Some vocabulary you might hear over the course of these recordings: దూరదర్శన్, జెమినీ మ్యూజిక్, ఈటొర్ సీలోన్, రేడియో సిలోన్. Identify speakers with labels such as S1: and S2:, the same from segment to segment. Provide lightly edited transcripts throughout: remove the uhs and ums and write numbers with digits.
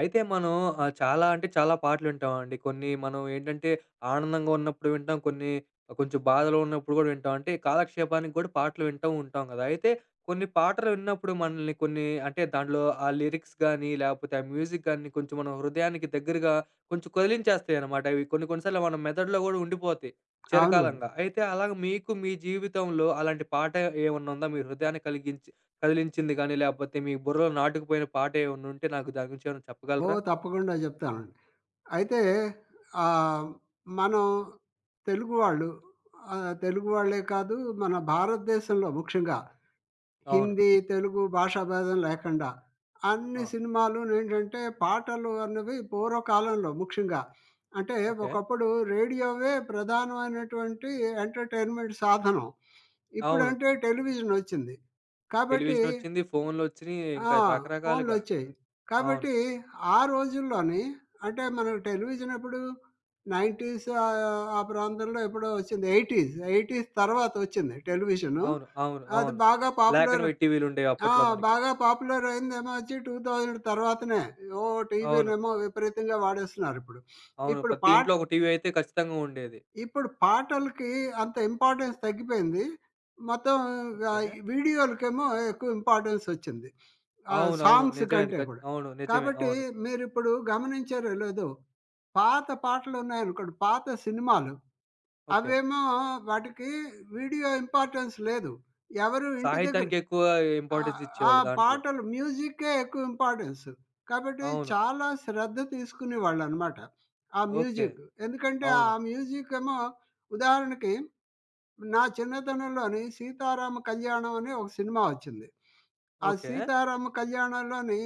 S1: అయితే మనం చాలా అంటే చాలా పాటలు వింటామండి. కొన్ని మనం ఏంటంటే ఆనందంగా ఉన్నప్పుడు వింటాం. కొన్ని కొంచెం బాధలో ఉన్నప్పుడు గూడా వింటాం. అంటే కాలక్షేపానికి గూడా పాటలు వింటూ ఉంటాం గదా! అయితే కొన్ని పాటలు విన్నప్పుడు మనల్ని కొన్ని అంటే దాంట్లో ఆ లిరిక్స్ గానీ, లేపోతే ఆ మ్యూజిక్ గానీ కొంచెం మన హృదయానికి దగ్గరగా కొంచెం కదిలించేస్తాయనమాట. ఇవి కొన్ని కొన్ని సార్లు మన మెదడులో గూడా ఉండిపోతాయి
S2: అవునండి.
S1: చిరకాలంగా. అయితే అలాగ మీకు మీ జీవితంలో అలాంటి పాట ఏమన్నా ఉందా? మీ హృదయాన్ని కలిగించి కదిలించింది గానీ, లేపోతే మీ బుర్రలో నాటుకుపోయిన పాటేమన్నుంటే నాకు దాని గురించి ఏమైనా చెప్పగలరా?
S2: ఓహ్! తప్పకుండా జెప్తానండి. అయితే ఆహ్, మనం తెలుగు వాళ్ళు, తెలుగు వాళ్ళే కాదు, మన భారతదేశంలో ముఖ్యంగా
S1: అవును.
S2: హిందీ, తెలుగు భాషా భేదం లేకుండా అన్ని
S1: ఆ!
S2: సినిమాలునేంటంటే పాటలు అన్నవి పూర్వకాలంలో ముఖ్యంగా అంటే
S1: ఓకే.
S2: ఒకప్పుడు రేడియోవే ప్రధానమైనటువంటి ఎంటర్‌టైన్‌మెంట్ సాధనం.
S1: అవును.
S2: ఇప్పుడంటే టెలివిజన్ ఒచ్చింది. కాబట్టి
S1: టెలివిజనొచ్చింది, ఫోన్‌లొచ్చినియి,
S2: ఆ!
S1: ఇంకా రకరకాలుగా
S2: ఫోన్‌లొచ్చాయి.
S1: అన్. అవును.
S2: కాబట్టి ఆ రోజుల్లోని, అంటే మనకు టెలివిజన్ ఎప్పుడు 90s ఆ ప్రాంతంలో ఎప్పుడో వచ్చింది. 80s, 80s తర్వాతొచ్చింది television.
S1: అవును. అవును.
S2: అది
S1: అవును.
S2: బాగా
S1: బ్లాక్ అండ్
S2: పాపులర్,
S1: వైట్ టీవీలుండేవి
S2: ఆ!
S1: అప్పట్లో మనకి.
S2: బాగా పాపులర్ అయిందేమో వచ్చి 2000 తర్వాతనే. ఓ
S1: అవును.
S2: టీవీనేమో విపరీతంగా వాడేస్తున్నారిప్పుడు. ఇప్పుడు
S1: అవును.
S2: ఇప్పుడు
S1: ప్రతి
S2: పాట,
S1: ఇంట్లో ఒక టీవీ అయితే ఖచ్చితంగా ఉండేది.
S2: ఇప్పుడు పాటలకి అంత ఇంపార్టెన్స్ తగ్గిపోయింది. మొత్తం
S1: ఓకే.
S2: వీడియోలకేమో ఎక్కువ ఇంపార్టెన్స్ వచ్చింది,
S1: అవునవును.
S2: సాంగ్స్
S1: నిజమే అండి.
S2: కంటే
S1: ఖచ్
S2: కూడా.
S1: అవును. నిజమే.
S2: కాబట్టి
S1: అవును.
S2: మీరిప్పుడు గమనించారో లేదో, పాత పాటలున్నాయనుకోండి, పాత సినిమాలు
S1: ఓకే.
S2: అవేమో వాటికి వీడియో ఇంపార్టెన్స్ లేదు. ఎవరు ఇంటి దగ్గర
S1: సాహిత్యానికెక్కువ
S2: ఆ!
S1: ఇంపార్టెన్స్
S2: ఆ
S1: ఇచ్చేవాళ్ళు దాంట్లో.
S2: పాటలు మ్యూజిక్కే ఎక్కువ ఇంపార్టెన్స్. కాబట్టి
S1: అవును.
S2: చాలా శ్రద్ధ తీసుకునేవాళ్ళనమాట ఆ
S1: ఓకే.
S2: మ్యూజిక్. ఎందుకంటే
S1: అవును.
S2: ఆ మ్యూజిక్ ఏమో, ఉదాహరణకి నా చిన్నతనంలోని 'సీతారామ కళ్యాణం' అని ఒక సినిమా వచ్చింది. ఆ
S1: ఓకే.
S2: 'సీతారామ కళ్యాణంలోని'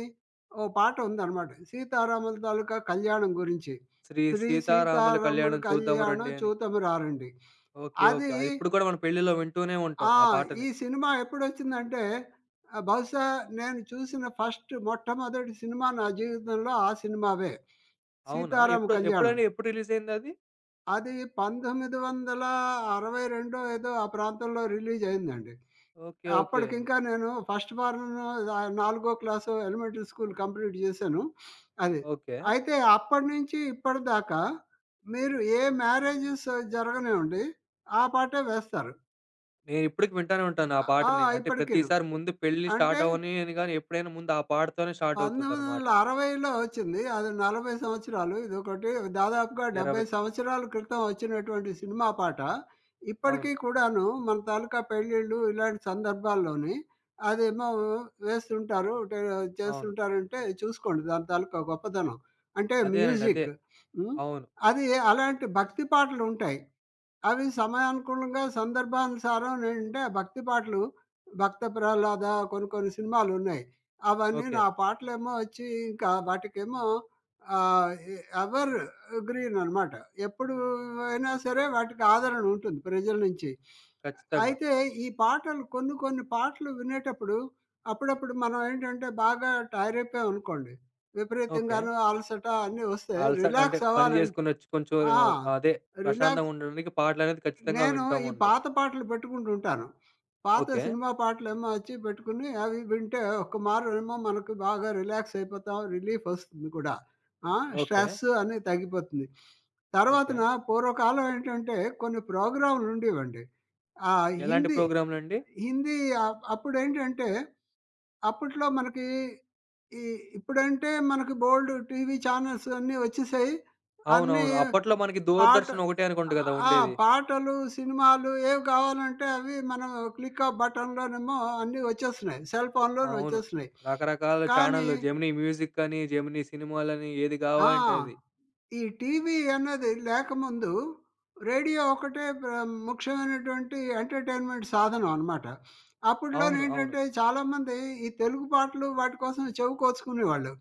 S2: ఓ పాట ఉందనమాట, సీతారాముల తాలూకా కళ్యాణం గురించి.
S1: శ్రీ
S2: శ్రీ
S1: సీతారాముల
S2: సీతారాముల
S1: కళ్యాణం చూద్దాము
S2: కళ్యాణం
S1: రండి అని.
S2: చూతము రారండి.
S1: ఓకే. ఓకే.
S2: అది,
S1: అది ఇప్పుడు కూడా మనం పెళ్ళిలో వింటూనే ఉంటాం
S2: ఆ!
S1: ఆ
S2: ఈ
S1: పాటని.
S2: సినిమా ఎప్పుడొచ్చిందంటే, బహుశా నేను చూసిన ఫస్ట్ మొట్టమొదటి సినిమా నా జీవితంలో ఆ సినిమావే,
S1: అవునా?
S2: 'సీతారామ
S1: ఎప్పుడు
S2: కళ్యాణం.'
S1: ఎప్పుడండి? ఎప్పుడు రిలీజ్ అయిందది?
S2: అది 1962 ఏదో ఆ ప్రాంతంలో రిలీజ్ అయిందండి.
S1: ఓకే. ఓకే.
S2: అప్పటికింకా నేను ఫస్ట్ వారం నాలుగో క్లాసో ఎలిమెంటరీ స్కూల్ కంప్లీట్ చేశాను. అది.
S1: ఓకే.
S2: అయితే అప్పటి నుంచి ఇప్పటిదాకా మీరు ఏ మ్యారేజెస్ జరగనివ్వండి, ఆ పాటే వేస్తారు.
S1: నేను ఇప్పటికి వింటానే ఉంటాను ఆ
S2: ఆ! ఆ!
S1: పాటని. అంటే
S2: ఇప్పటికీను.
S1: ప్రతిసారి ముందు పెళ్లి
S2: అంటే
S1: స్టార్ట్ అవ్వనీయని గాని ఎప్పుడైనా ముందు ఆ పాటతోనే స్టార్ట్ అవుతదనమాట.
S2: 1960లో వచ్చింది. అది 40 సంవత్సరాలు. ఇదొకటి దాదాపుగా 70
S1: 20.
S2: సంవత్సరాల క్రితం వచ్చినటువంటి సినిమా పాట.
S1: అవును.
S2: ఇప్పటికి కూడాను మన తాలూకా పెళ్ళిళ్ళు ఇలాంటి సందర్భాల్లోని అదేమో వేస్తుంటారు. అంటే
S1: అవును.
S2: చేస్తుంటారంటే చూసుకోండి దాని తాలూకా గొప్పతనం, అంటే
S1: అదేనండి. అదే.
S2: మ్యూజిక్. హ్మ్.
S1: అవును.
S2: అది, అలాంటి భక్తి పాటలుంటాయి. అవి సమయానుకూలంగా సందర్భానుసారం ఏంటంటే భక్తి పాటలు, 'భక్త ప్రహ్లాద' కొన్ని కొన్ని సినిమాలున్నాయి. అవన్నీను
S1: ఓకే.
S2: ఆ పాటలేమో వచ్చి ఇంకా వాటికేమో ఆహ్, ఎ ఎవర్ గ్రీన్ అనమాట. ఎప్పుడు అయినా సరే వాటికి ఆదరణ ఉంటుంది ప్రజల నుంచి.
S1: ఖచ్చితంగా.
S2: అయితే ఈ పాటలు, కొన్ని కొన్ని పాటలు వినేటప్పుడు అప్పుడప్పుడు మనం ఏంటంటే బాగా టైరైపోయామనుకోండి,
S1: ఓకే.
S2: విపరీతంగాను అలసట అన్నీ వస్తాయి.
S1: అలస అంటే
S2: రిలాక్స్
S1: పని
S2: అవ్వాలంటే
S1: జేసుకొనొచ్చి కొంచెం
S2: ఆ!
S1: అదే ప్రశాంతంగా
S2: రిలాక్స్
S1: ఉండడానికి పాటలనేది ఖచ్చితంగా
S2: నేను
S1: వింటూ
S2: ఈ
S1: ఉంటాం.
S2: పాత పాటలు పెట్టుకుంటూ ఉంటాను. పాత
S1: ఓకే.
S2: సినిమా పాటలేమో వచ్చి పెట్టుకుని అవి వింటే ఒక మారేమో మనకు బాగా రిలాక్స్ అయిపోతాం. రిలీఫ్ వస్తుంది కూడా. ఆ!
S1: ఓకే.
S2: స్ట్రెస్ అనేది తగ్గిపోతుంది.
S1: ఓకే.
S2: తర్వాతన పూర్వకాలం ఏంటంటే కొన్ని ప్రోగ్రామ్‌లు ఉండేవండి. ఆహ్,
S1: ఎలాంటి
S2: హిందీ,
S1: ప్రోగ్రామ్‌లండి?
S2: హిందీ అప్పుడేంటంటే అప్పట్లో మనకి ఈ, ఇప్పుడంటే మనకి బోలెడు టీవీ ఛానెల్స్ అన్నీ వచ్చేసాయి. అన్నీ
S1: అవునవును. అప్పట్లో మనకి
S2: పాట,
S1: 'దూరదర్శన్' ఒకటే అనుకుంట
S2: ఆహ్,
S1: గదా!
S2: ఆ!
S1: ఉండేది.
S2: పాటలు, సినిమాలు ఏవి కావాలంటే అవి మనం క్లిక్ ఆఫ్ బటన్‌లోనేమో అన్నీ వచ్చేస్తున్నాయి, సెల్ ఫోన్‌లోనే
S1: అవును.
S2: వచ్చేస్తున్నాయి.
S1: రకరకాల
S2: కానీ
S1: ఛానల్‌లు 'జెమినీ మ్యూజిక్' అని, 'జెమినీ సినిమాలని' ఏది
S2: ఆ!
S1: గావాలంటే అది.
S2: ఈ టీవీ అన్నది లేకముందు రేడియో ఒకటే ముఖ్యమైనటువంటి ఎంటర్‌టైన్‌మెంట్ సాధనం అనమాట.
S1: అవును. అవును.
S2: అప్పట్లోనేంటంటే చాలామంది ఈ తెలుగు పాటలు వాటి కోసం చెవి కోసుకునేవాళ్ళు.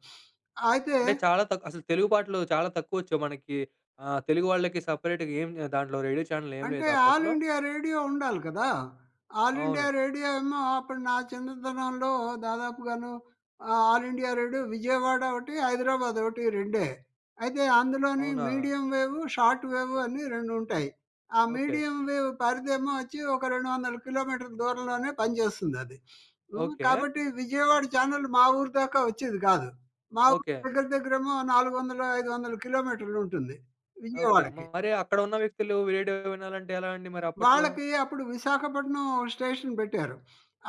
S2: అయితే,
S1: అంటే చాలా తక్కు అసలు తెలుగు పాటలు చాలా తక్కువొచ్చేవి మనకి. తెలుగు వాళ్ళకి సెపరేట్‌గా ఏం దాంట్లో రేడియో ఛానల్ ఏం
S2: అంటే
S1: లేదా
S2: ఆల్
S1: అప్పట్లో?
S2: ఇండియా రేడియో ఉండాలి కదా! ఆల్ ఇండియా
S1: అవును.
S2: రేడియో ఏమో అప్పుడు నా చిన్నతనంలో దాదాపుగాను ఆల్ ఇండియా రేడియో విజయవాడ ఒకటి, హైదరాబాద్ ఒకటి రెండే. అయితే అందులోని
S1: అవునా?
S2: మీడియం వేవ్, షార్ట్ వేవ్ అని 2 ఉంటాయి. ఆ
S1: ఓకే.
S2: మీడియం వేవ్ పరిధేమో వచ్చి ఒక 200 కిలోమీటర్ల దూరంలోనే పనిచేస్తుందది.
S1: ఓకే.
S2: కాబట్టి విజయవాడ ఛానెల్ మా ఊరు దాకా వచ్చేది కాదు. మా ఊరు
S1: ఓకే.
S2: దగ్గరేమో 400, 500 కిలోమీటర్లుంటుంది
S1: ఓకే.
S2: విజయవాడకి.
S1: మరి అక్కడ ఉన్న వ్యక్తులు రేడియో వినాలంటే ఎలా అండి మరి అప్పట్లో?
S2: వాళ్ళకి అప్పుడు విశాఖపట్నం స్టేషన్ బెట్టారు.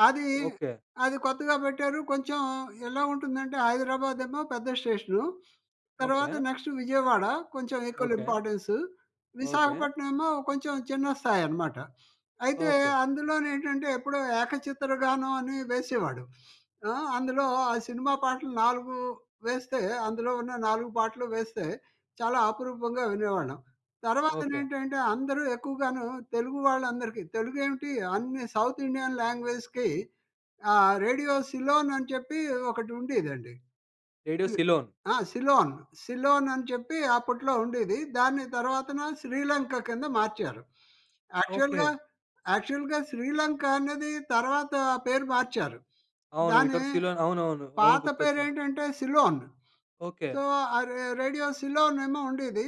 S2: అది,
S1: ఓకే.
S2: అది కొత్తగా బెట్టారు. కొంచెం ఎలా ఉంటుందంటే హైదరాబాద్ ఏమో పెద్ద స్టేషను.
S1: ఓకే.
S2: తర్వాత నెక్స్ట్ విజయవాడ కొంచెం equal
S1: okay.
S2: Importance.
S1: Okay.
S2: Visakhapatnam ఏమో కొంచెం చిన్న స్థాయి అన్నమాట. అయితే
S1: ఓకే.
S2: అందులోనేంటంటే ఎప్పుడో ఏకచిత్ర గానం అని వేసేవాడు. ఆ! అందులో ఆ సినిమా పాటలు 4 వేస్తే, అందులో ఉన్న 4 పాటలు వేస్తే చాలా అపురూపంగా వినేవాళ్ళం.
S1: ఓకే.
S2: తర్వాతనేంటంటే అందరూ ఎక్కువగాను తెలుగు వాళ్ళందరికీ తెలుగేమిటి అన్ని సౌత్ ఇండియన్ లాంగ్వేజ్‌కి రేడియో సిలోన్ అని చెప్పి ఒకటుండేదండి.
S1: రేడియో
S2: సిల్
S1: సిలోన్.
S2: ఆ! సిలోన్. సిలోన్ అని చెప్పి అప్పట్లో ఉండేది. దాన్ని తర్వాతన శ్రీలంక కింద మార్చారు.
S1: ఓకే.
S2: యాక్చువల్‌గా, యాక్చువల్‌గా శ్రీలంక అనేది తర్వాత ఆ పేరు మార్చారు.
S1: అవును.
S2: దాని
S1: 'ఈటొర్ సీలోన్' అవునవును. అవును
S2: పాత
S1: గుర్తొచ్చింది.
S2: పేరేంటంటే సిలోన్.
S1: ఓకే.
S2: సో, ఆ రే రేడియో సిలోన్ ఏమో ఉండేది.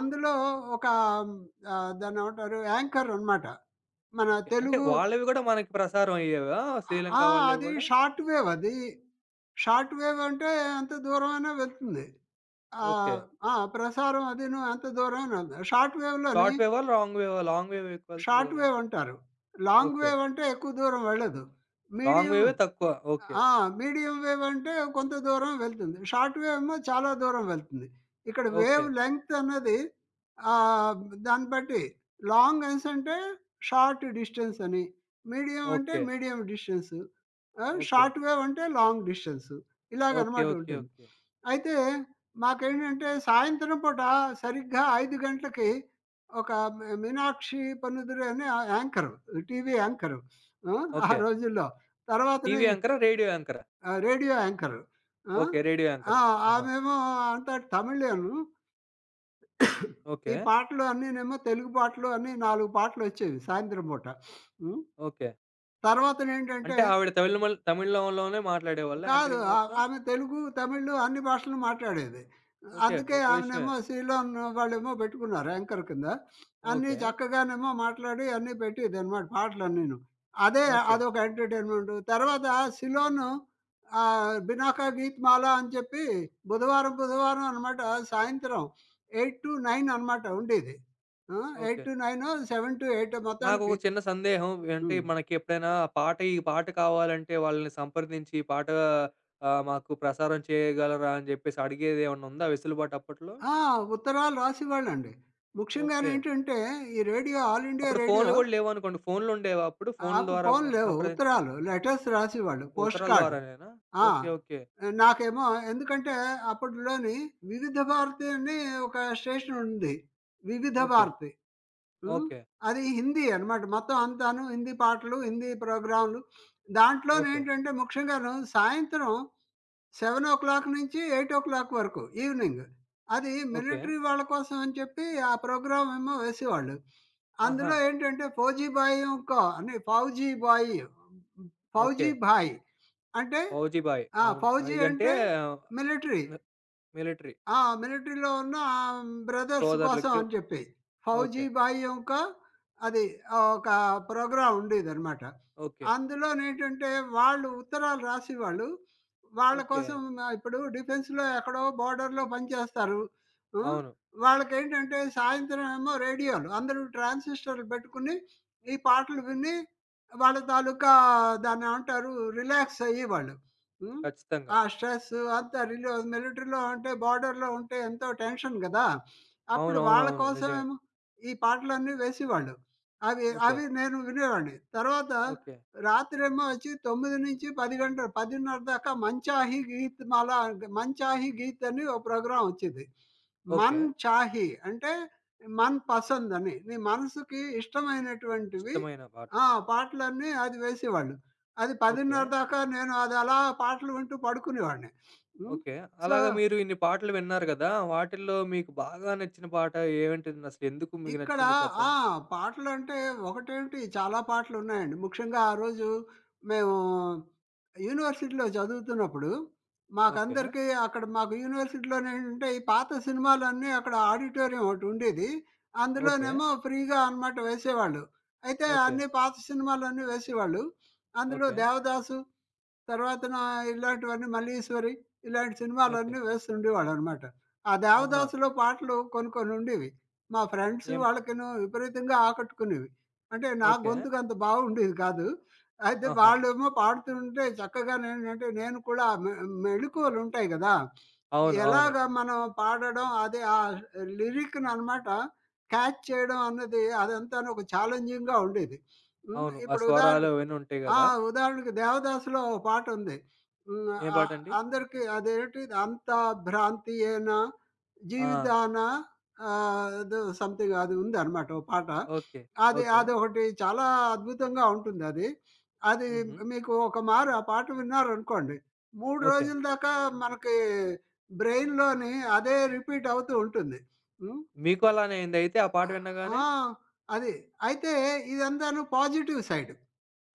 S2: అందులో ఒక దాన్నేమంటారు యాంకర్ అనమాట, మన
S1: ఓకే. అంటే
S2: తెలుగు.
S1: వాళ్ళవి గూడా మనకి ప్రసారం అయ్యేవా? శ్రీలంక
S2: ఆ!
S1: వాళ్ళవి
S2: అది
S1: గూడా?
S2: షార్ట్ వేవ్ అది. షార్ట్ వేవ్ అంటే ఎంత దూరమైనా వెళ్తుంది.
S1: ఓకే.
S2: ఆహ్, ఆ! ప్రసారం అదీను ఎంత దూరమని ఉంది షార్ట్ వేవ్‌లోని.
S1: షార్ట్ వేవా? లాంగ్ వేవా? లాంగ్ వేవ్ ఎక్కువెళ్తది
S2: షార్ట్
S1: గదా!
S2: వేవ్ అంటారు. Long
S1: okay.
S2: వేవ్ అంటే ఎక్కువ దూరం వెళ్ళదు.
S1: లాంగ్
S2: మీడియం,
S1: వేవే తక్కువ. ఓకే.
S2: ఆ! మీడియం వేవ్ అంటే కొంత దూరం వెళ్తుంది. షార్ట్ వేవ్ ఏమో చాలా దూరం వెళ్తుంది. ఇక్కడ
S1: ఓకే.
S2: వేవ్ లెంగ్త్ అన్నది ఆహ్, దాన్ని బట్టి లాంగ్ అనేసి అంటే షార్ట్ డిస్టెన్స్ అని, మీడియం అంటే
S1: okay.
S2: Medium distance,
S1: okay.
S2: Short wave అంటే లాంగ్ డిస్టెన్స్,
S1: ఓకే.
S2: ఇలాగనమాట
S1: ఓకే.
S2: ఉంటుంది.
S1: ఓకే.
S2: అయితే మాకేంటంటే సాయంత్రం పూట సరిగ్గా 5 గంటలకి ఒక మీనాక్షి పన్నుదురే అనే యాంకరు, టీవీ యాంకరు. ఆ! ఆ
S1: ఓకే.
S2: రోజుల్లో తర్వాతని,
S1: టీవీ యాంకరా? రేడియో యాంకరా?
S2: Radio anchor. ఆ!
S1: ఓకే. Radio anchor.
S2: ఆ!
S1: ఆహా!
S2: ఆమేమో అంతా తమిళియను. ఈ
S1: ఓకే.
S2: పాటలు అన్నీనేమో, తెలుగు పాటలు అన్నీ 4 పాటలొచ్చేవి సాయంత్రం పూట. హ్మ్.
S1: ఓకే.
S2: తర్వాతనేంటంటే
S1: అంటే ఆవిడ తమిళమల్ తమిళంలోనే మాట్లాడేవాళ్ళా
S2: కాదు,
S1: యాంకరింగ్ మొత్తం?
S2: ఆమె తెలుగు, తమిళ్ అన్ని భాషలు మాట్లాడేది.
S1: ఓకే.
S2: అందుకే
S1: గొప్ప విషయమే.
S2: ఆమెనేమో సీలోన్ వాళ్ళేమో పెట్టుకున్నారు యాంకర్ కింద. అన్నీ
S1: ఓకే.
S2: చక్కగానేమో మాట్లాడి అన్నీ పెట్టేదనమాట పాటలన్నీను. అదే,
S1: ఓకే.
S2: అదొక ఎంటర్‌టైన్‌మెంట్. తర్వాత సిలోను 'బినాకా గీత్ మాలా' అని చెప్పి బుధవారం అనమాట సాయంత్రం 8-9 అనమాట ఉండేది. ఆ!
S1: ఓకే.
S2: 8-9, 7-8
S1: నాకొక
S2: మొత్తానికి.
S1: చిన్న సందేహం. అంటే
S2: హ్మ్.
S1: మనకెప్పుడైనా పాట, ఈ పాట కావాలంటే వాళ్ళని సంప్రదించి పాట మాకు ప్రసారం చేయగలరా అని జెప్పేసి అడిగేదేమన్నా ఉందా వెసులుబాటు అప్పట్లో?
S2: ఆ! ఉత్తరాలు రాసేవాళ్ళండి.
S1: ఓకే.
S2: ముఖ్యంగానేంటంటే, ఈ రేడియో, ఆల్ ఇండియా
S1: అప్పుడు
S2: రేడియో,
S1: ఫోన్‌లు గూడా లేవనుకోండి. ఫోన్‌లుండేవా అప్పుడు? ఫోన్‌ల ద్వారా
S2: ఫోను
S1: మ
S2: లేవు.
S1: సంప్రదిం.
S2: ఉత్తరాలు, లెటర్స్ రాసేవాళ్ళు, పోస్ట్
S1: ఉత్తరాల
S2: కార్డ్.
S1: ద్వారానేనా?
S2: ఆ!
S1: ఓకే. ఓకే.
S2: నాకేమో, ఎందుకంటే, అప్పట్లోని వివిధ భారతి అని ఒక స్టేషన్ ఉంది, వివిధ
S1: ఓకే.
S2: భారతి. హ్మ్.
S1: ఓకే.
S2: అది హిందీ అనమాట. మొత్తం అంతాను హిందీ పాటలు, హిందీ ప్రోగ్రాములు.
S1: ఓకే.
S2: దాంట్లోనేంటంటే, ముఖ్యంగాను సాయంత్రం 7:00 నుంచి 8:00 వరకు ఈవెనింగ్, అది
S1: ఓకే.
S2: మిలిటరీ వాళ్ళ కోసం అని చెప్పి ఆ ప్రోగ్రామ్ ఏమో వేసేవాళ్ళు.
S1: ఆహా!
S2: అందులో ఏంటంటే 'ఫౌజీ భాయ్ ఇంకో' అని, 'ఫౌజీ బాయ్',
S1: ఓకే.
S2: 'ఫౌజీ భాయ్' అంటే,
S1: ఫౌజీ భాయ్. అవును.
S2: ఫౌజీ
S1: ఇదంటే
S2: అంటే మిలిటరీ.
S1: మి మిలిటరీ
S2: ఆ! మిలిటరీలో ఉన్న బ్రదర్స్ కోసం
S1: సోదరులకి.
S2: అని చెప్పి, 'ఫౌజీ
S1: ఓకే.
S2: భాయ్' యొక్క అది ఒక ప్రోగ్రామ్ ఉండేదనమాట.
S1: ఓకే.
S2: అందులోనేంటంటే వాళ్ళు ఉత్తరాలు రాసేవాళ్ళు వాళ్ళ
S1: ఓకే.
S2: కోసం. ఇప్పుడు డిఫెన్స్‌లో ఎక్కడో బోర్డర్‌లో పనిచేస్తారు. హ్మ్.
S1: అవును.
S2: వాళ్ళకేంటంటే సాయంత్రం ఏమో రేడియోలు అందరూ ట్రాన్సిస్టర్లు పెట్టుకుని ఈ పాటలు విని వాళ్ళ తాలూకా దాన్నేమంటారు, రిలాక్స్ అయ్యేవాళ్ళు. హ్మ్.
S1: ఖచ్చితంగా.
S2: ఆ స్ట్రెస్ అంతా మిలిటరీలో అంటే బార్డర్‌లో ఉంటే ఎంతో టెన్షన్ గదా! అప్పుడు వాళ్ళ
S1: అవునవునవును. నిజమే.
S2: కోసమేమో ఈ పాటలన్నీ వేసేవాళ్ళు. అవి
S1: ఓకే.
S2: అవి నేను వినేవాడిని. తర్వాత
S1: ఓకే.
S2: రాత్రేమో వచ్చి 9-10 గంటలు 10:30 దాకా 'మన్ చాహి గీత్ మాల', 'మన్ చాహి గీత్' అని ఓ ప్రోగ్రామ్ వచ్చేది.
S1: ఓకే.
S2: 'మన్ చాహి' అంటే మన్ పసంద్ అని, నీ మనసుకి ఇష్టమైనటువంటివి.
S1: ఇష్టమైన పాటలు.
S2: ఆ! పాటలన్నీ అది వేసేవాళ్ళు. అది
S1: ఓకే.
S2: 10:30 దాకా నేను అది అలా పాటలు వింటూ పడుకునేవాడిని. హ్మ్.
S1: ఓకే.
S2: సో,
S1: అలాగా మీరు ఇన్ని పాటలు విన్నారు గదా! వాటిల్లో మీకు బాగా నచ్చిన పాట ఏంటిది? అసలు ఎందుకు మీకు
S2: ఇక్కడ
S1: నచ్చిందో
S2: ఆ!
S1: చెప్పండి?
S2: పాటలంటే ఒకటేంటి, చాలా పాటలున్నాయండి. ముఖ్యంగా ఆ రోజు మేము యూనివర్సిటీలో చదువుతున్నప్పుడు
S1: ఓకే.
S2: మాకందరికీ అక్కడ, మాకు యూనివర్సిటీలోనేంటంటే ఈ పాత సినిమాలన్నీ అక్కడ ఆడిటోరియం ఒకటుండేది.
S1: ఓకే.
S2: అందులోనేమో ఫ్రీగా అన్నమాట వేసేవాళ్ళు. అయితే
S1: ఓకే.
S2: అన్ని పాత సినిమాలన్నీ వేసేవాళ్ళు. అందులో
S1: ఓకే.
S2: 'దేవదాసు' తర్వాతన ఇలాంటివన్నీ, మల్లీశ్వరి ఇలాంటి
S1: ఓకే.
S2: సినిమాలన్నీ వేస్తుండేవాడనమాట. ఆ
S1: ఆహా!
S2: 'దేవదాసు'లో పాటలు కొన్ని కొన్నుండేవి. మా ఫ్రెండ్స్
S1: ఏం
S2: వాళ్ళకిను విపరీతంగా ఆకట్టుకునేవి. అంటే నా
S1: ఓకే.
S2: గొంతుకు అంత బాగుండేది కాదు. అయితే
S1: ఆహా!
S2: వాళ్ళేమో పాడుతుంటే చక్కగానేంటంటే నేను కూడా మెళకువలుంటాయి గదా!
S1: అవును. అవును.
S2: ఎలాగ మనం పాడడం అదే, ఆ లిరిక్‌ననమాట క్యాచ్ చేయడం అన్నది అదంతాను ఒక ఛాలెంజింగ్‌గా ఉండేది. హ్మ్.
S1: అవును. ఆ
S2: ఇప్పుడు
S1: స్వరాలు
S2: ఉదాహరణ
S1: అవన్నీ ఉంటాయి
S2: ఆ!
S1: గదా!
S2: ఉదాహరణకి 'దేవదాసు'లో ఓ పాటుంది. హ్మ్.
S1: ఏం
S2: ఆహ్,
S1: పాటండి?
S2: అందరికి అదేంటి అంతా భ్రాంతియేనా
S1: ఆ!
S2: జీవితాన, ఏదో సంథింగ్ అది ఉందనమాట ఓ పాట.
S1: ఓకే.
S2: అది
S1: ఓకే.
S2: అదొకటి చాలా అద్భుతంగా ఉంటుందది. అది అది
S1: హుహు.
S2: మీకు ఒక మారు ఆ పాట విన్నారనుకోండి, 3
S1: ఓకే.
S2: రోజుల దాకా మనకి బ్రెయిన్‌లోని అదే రిపీట్ అవుతూ ఉంటుంది. హ్మ్.
S1: మీకు అలానే అయిందయితే ఆ పాట వినగానే?
S2: ఆ! అది. అయితే ఇదంతాను పాజిటివ్ సైడ్,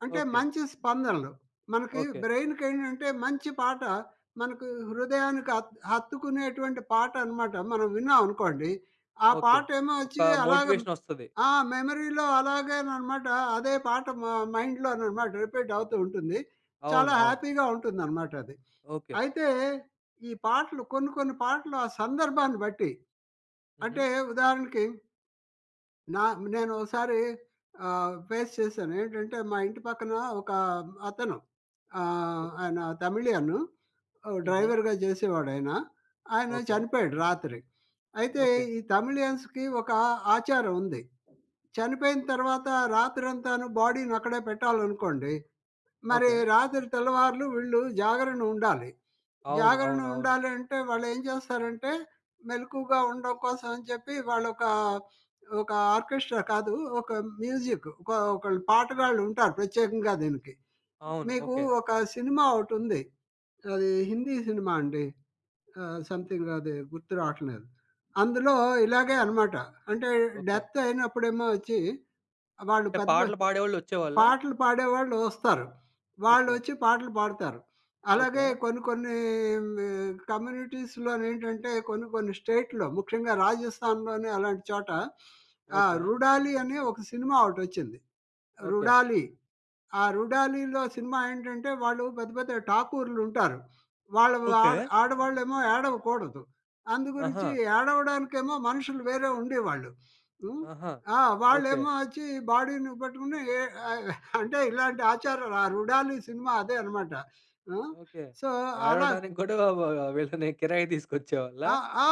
S2: అంటే
S1: ఓకే.
S2: మంచి స్పందనలు. మనకి
S1: ఓకే.
S2: బ్రెయిన్‌కేంటంటే మంచి పాట, మనకు హృదయానికి హత్తుకునేటువంటి పాట అనమాట. మనం విన్నాం అనుకోండి, ఆ
S1: ఓకే.
S2: పాటేమో
S1: ఒక
S2: వచ్చి అలాగ,
S1: మోటివేషనొస్తది.
S2: మెమరీలో అలాగేననమాట. అదే పాట మైండ్‌లోననమాట రిపీట్ అవుతూ ఉంటుంది. చాలా
S1: అవును. అవును.
S2: హ్యాపీగా ఉంటుందనమాట అది.
S1: ఓకే.
S2: అయితే ఈ పాటలు, కొన్ని కొన్ని పాటలు ఆ సందర్భాన్ని బట్టి,
S1: హుహు.
S2: అంటే ఉదాహరణకి నా నేను ఒకసారి ఫేస్ చేశాను. ఏంటంటే మా ఇంటి పక్కన ఒక అతను,
S1: ఓక్
S2: ఆయన తమిళియను. ఓ
S1: హుహు.
S2: డ్రైవర్‌గా చేసేవాడాయన. ఆయన
S1: ఓకే.
S2: చనిపోయాడు రాత్రి. అయితే
S1: ఓకే.
S2: ఈ తమిళియన్స్‌కి ఒక ఆచారం ఉంది. చనిపోయిన తర్వాత రాత్రంతాను బాడీని అక్కడే పెట్టాలనుకోండి, మరి
S1: ఓకే.
S2: రాత్రి తెల్లవార్లు వీళ్ళు జాగరణ ఉండాలి.
S1: అవును.
S2: జాగరణ
S1: అవును. అవును.
S2: ఉండాలి అంటే వాళ్ళేం చేస్తారంటే, మెలకువగా ఉండడం కోసం అని చెప్పి వాళ్ళొక, ఒక ఒక ఆర్కెస్ట్రా కాదు, ఒక మ్యూజిక్, ఒక ఒకళ్ళు పాటగాళ్ళు ఉంటారు ప్రత్యేకంగా దీనికి.
S1: అవును.
S2: మీకు
S1: ఓకే.
S2: ఒక సినిమా ఒకటుంది. అది హిందీ సినిమా అండి. సంథింగ్ అది గుర్తు రావట్లేదు. అందులో ఇలాగే అనమాట. అంటే
S1: ఓకే.
S2: డెత్ అయినప్పుడేమో వచ్చి వాళ్ళు
S1: అంటే
S2: పెద్ద
S1: పాటలు పాడేవాళ్ళొచ్చేవాళ్ళా?
S2: పాటలు పాడేవాళ్ళు వస్తారు.
S1: ఓకే.
S2: వాళ్ళొచ్చి పాటలు పాడతారు.
S1: ఓకే.
S2: అలాగే కొన్ని కొన్ని కమ్యూనిటీస్‌లోనేంటంటే కొన్ని కొన్ని స్టేట్‌లో ముఖ్యంగా రాజస్థాన్‌లోని అలాంటి చోట
S1: ఓకే.
S2: 'రుడాలి' అనే ఒక సినిమా ఒకటొచ్చింది,
S1: ఓకే.
S2: 'రుడాలి.' ఆ 'రుడాలీలో' సినిమా ఏంటంటే, వాళ్ళు పెద్ద పెద్ద ఠాకూర్‌లుంటారు, వాళ్ళ
S1: ఓకే.
S2: ఆడవాళ్ళేమో ఏడవకూడదు. అందు
S1: ఆహా!
S2: గురించి ఏడవడానికేమో మనుషులు వేరే ఉండేవాళ్ళు. హ్మ్.
S1: ఆహా!
S2: ఆ!
S1: ఓకే.
S2: వాళ్ళేమో వచ్చి బాడీని పట్టుకుని ఆహ్, అంటే ఇలాంటి ఆచారాలు. ఆ 'రుడాలి' సినిమా అదే అనమాట. ఆ!
S1: ఓకే.
S2: సో, అలా,
S1: ఏడవడానికి కూడా వ వీళ్ళని కిరాయికి తీసుకొచ్చేవాళ్ళా?
S2: ఆ! ఆ!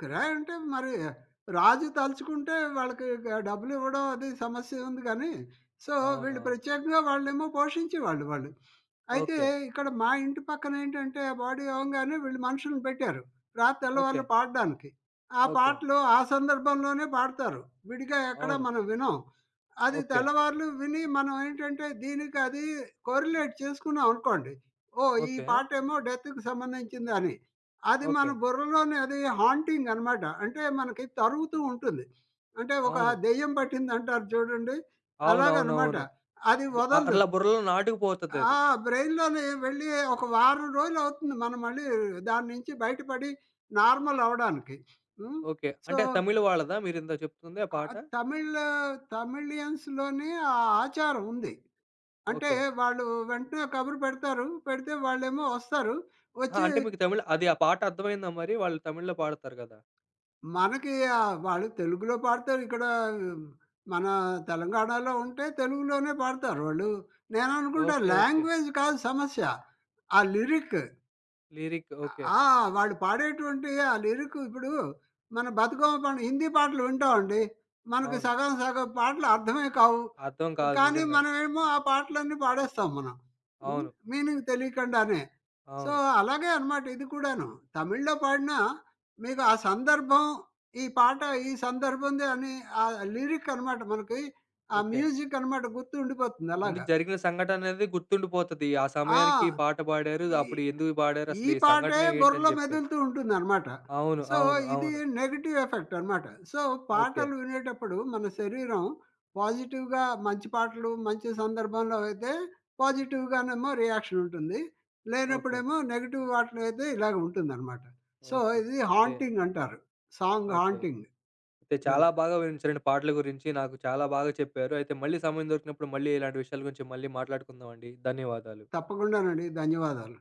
S2: కిరాయి అంటే మరి రాజు తలుచుకుంటే వాళ్ళకి డబ్బులివ్వడం అది సమస్య ఉంది గానీ, సో, వీళ్ళు
S1: అవునవును.
S2: ప్రత్యేకంగా వాళ్ళేమో పోషించేవాళ్ళు వాళ్ళు. అయితే
S1: ఓకే.
S2: ఇక్కడ మా ఇంటి పక్కనేంటంటే, ఆ బాడీ అవంగానే వీళ్ళు మనుషుల్ని పెట్టారు, రాత్రి
S1: ఓకే.
S2: తెల్లవార్లు పాడడానికి. ఆ
S1: ఓకే.
S2: పాటలు ఆ సందర్భంలోనే పాడతారు. విడిగా ఎక్కడ
S1: అవును.
S2: మనం వినం. అది
S1: ఓకే.
S2: తెల్లవార్లు విని మనం ఏంటంటే, దీనికి అది కోరిలేట్ చేసుకున్నాం అనుకోండి, ఓహ్! ఈ
S1: ఓకే.
S2: పాటేమో డెత్‌కి సంబంధించిందని. అది మన
S1: ఓకే.
S2: బుర్రలోనే అది హాంటింగ్ అనమాట, అంటే మనకి తరుగుతూ ఉంటుంది. అంటే ఒక
S1: అవును.
S2: దెయ్యం పట్టిందంటారు చూడండి, అలాగనమాట.
S1: అవునవునవును.
S2: అది
S1: బు
S2: వదలదు.
S1: అట్లా బుర్రలో
S2: ఆ!
S1: నాటుకుపోతదది.
S2: బ్రెయిన్‌లోనే వెళ్ళి ఒక వారం రోజులవుతుంది మనం మళ్ళీ దాని నుంచి బయటపడి నార్మల్ అవ్వడానికి. హ్మ్.
S1: ఓకే.
S2: సో,
S1: అంటే తమిళ్ వాళ్ళదా మీరిందాక చెప్తుంది ఆ పాట?
S2: ఆహ్, తమిళ్ తమిళియన్స్‌లోని ఆ ఆచారం ఉంది. అంటే
S1: ఓకే.
S2: వాళ్ళు వెంటనే కబురు పెడతారు. పెడితే వాళ్ళేమో వస్తారు.
S1: అహా!
S2: వచ్చి
S1: అంటే మీకు తమిళ్ అది ఆ పాట అర్థమైందా మరి? వాళ్ళు తమిళ్‌లో పాడతారు గదా!
S2: మనకి, వాళ్ళు తెలుగులో పాడతారు. ఇక్కడ మన తెలంగాణలో ఉంటే తెలుగులోనే పాడతారు వాళ్ళు. నేననుకుంటా
S1: ఓకే. ఓకే.
S2: లాంగ్వేజ్ కాదు సమస్య, ఆ లిరిక్.
S1: Lyric okay.
S2: ఆ! వాళ్ళు పాడేటువంటి ఆ లిరిక్. ఇప్పుడు మన బతుకమ్మ పండుగ హిందీ పాటలు వింటామండి, మనకి
S1: అవును.
S2: సగం సగం పాటలు అర్థమే కావు.
S1: అర్థం కాదు
S2: కానీ
S1: నిజంగానే.
S2: మనమేమో ఆ పాటలన్నీ పాడేస్తాం మనం,
S1: అవును.
S2: మీనింగ్ తెలియకుండానే. సో,
S1: అవును.
S2: అలాగే అన్నమాట ఇది కూడాను. తమిళ్‌లో పాడినా మీకు ఆ సందర్భం, ఈ పాట ఈ సందర్భంది అని ఆ లిరిక్ అన్నమాట మనకి, ఆ
S1: ఓకే.
S2: మ్యూజిక్ అన్నమాట గుర్తుండిపోతుంది
S1: ముందు
S2: అలాగా.
S1: జరిగిన సంఘటననేది గుర్తుండిపోతది. ఆ సమయానికి ఈ
S2: ఆ!
S1: పాట పాడారు.
S2: ఈ
S1: అప్పుడు ఎందుకు పాడారు?
S2: ఈ
S1: అసలు ఈ
S2: పాటే
S1: సంఘటన
S2: బుర్రలో
S1: ఏంటని జెప్పేసి.
S2: మెదులుతూ ఉంటుందనమాట.
S1: అవును.
S2: సో,
S1: అవును.
S2: ఇది
S1: అవును.
S2: నెగెటివ్ ఎఫెక్ట్ అనమాట. So,
S1: okay.
S2: పాటలు వినేటప్పుడు మన శరీరం పాజిటివ్‌గా, మంచి పాటలు, మంచి సందర్భంలో అయితే పాజిటివ్‌గానేమో రియాక్షన్ ఉంటుంది.
S1: ఓకే.
S2: లేనప్పుడేమో నెగెటివ్ వాటిలో అయితే ఇలాగ ఉంటుందనమాట. So,
S1: okay.
S2: ఇది
S1: సేమ్.
S2: హాంటింగ్ అంటారు, సాంగ్
S1: ఓకే.
S2: హాంటింగ్.
S1: అయితే చాలా
S2: అది.
S1: బాగా వివరించారండి పాటల గురించి. నాకు చాలా బాగా చెప్పారు. అయితే మళ్ళీ సమయం దొరికినప్పుడు మళ్ళీ ఇలాంటి విషయాల గురించి మళ్ళీ మాట్లాడుకుందామండి. ధన్యవాదాలు.
S2: తప్పకుండానండి. ధన్యవాదాలు.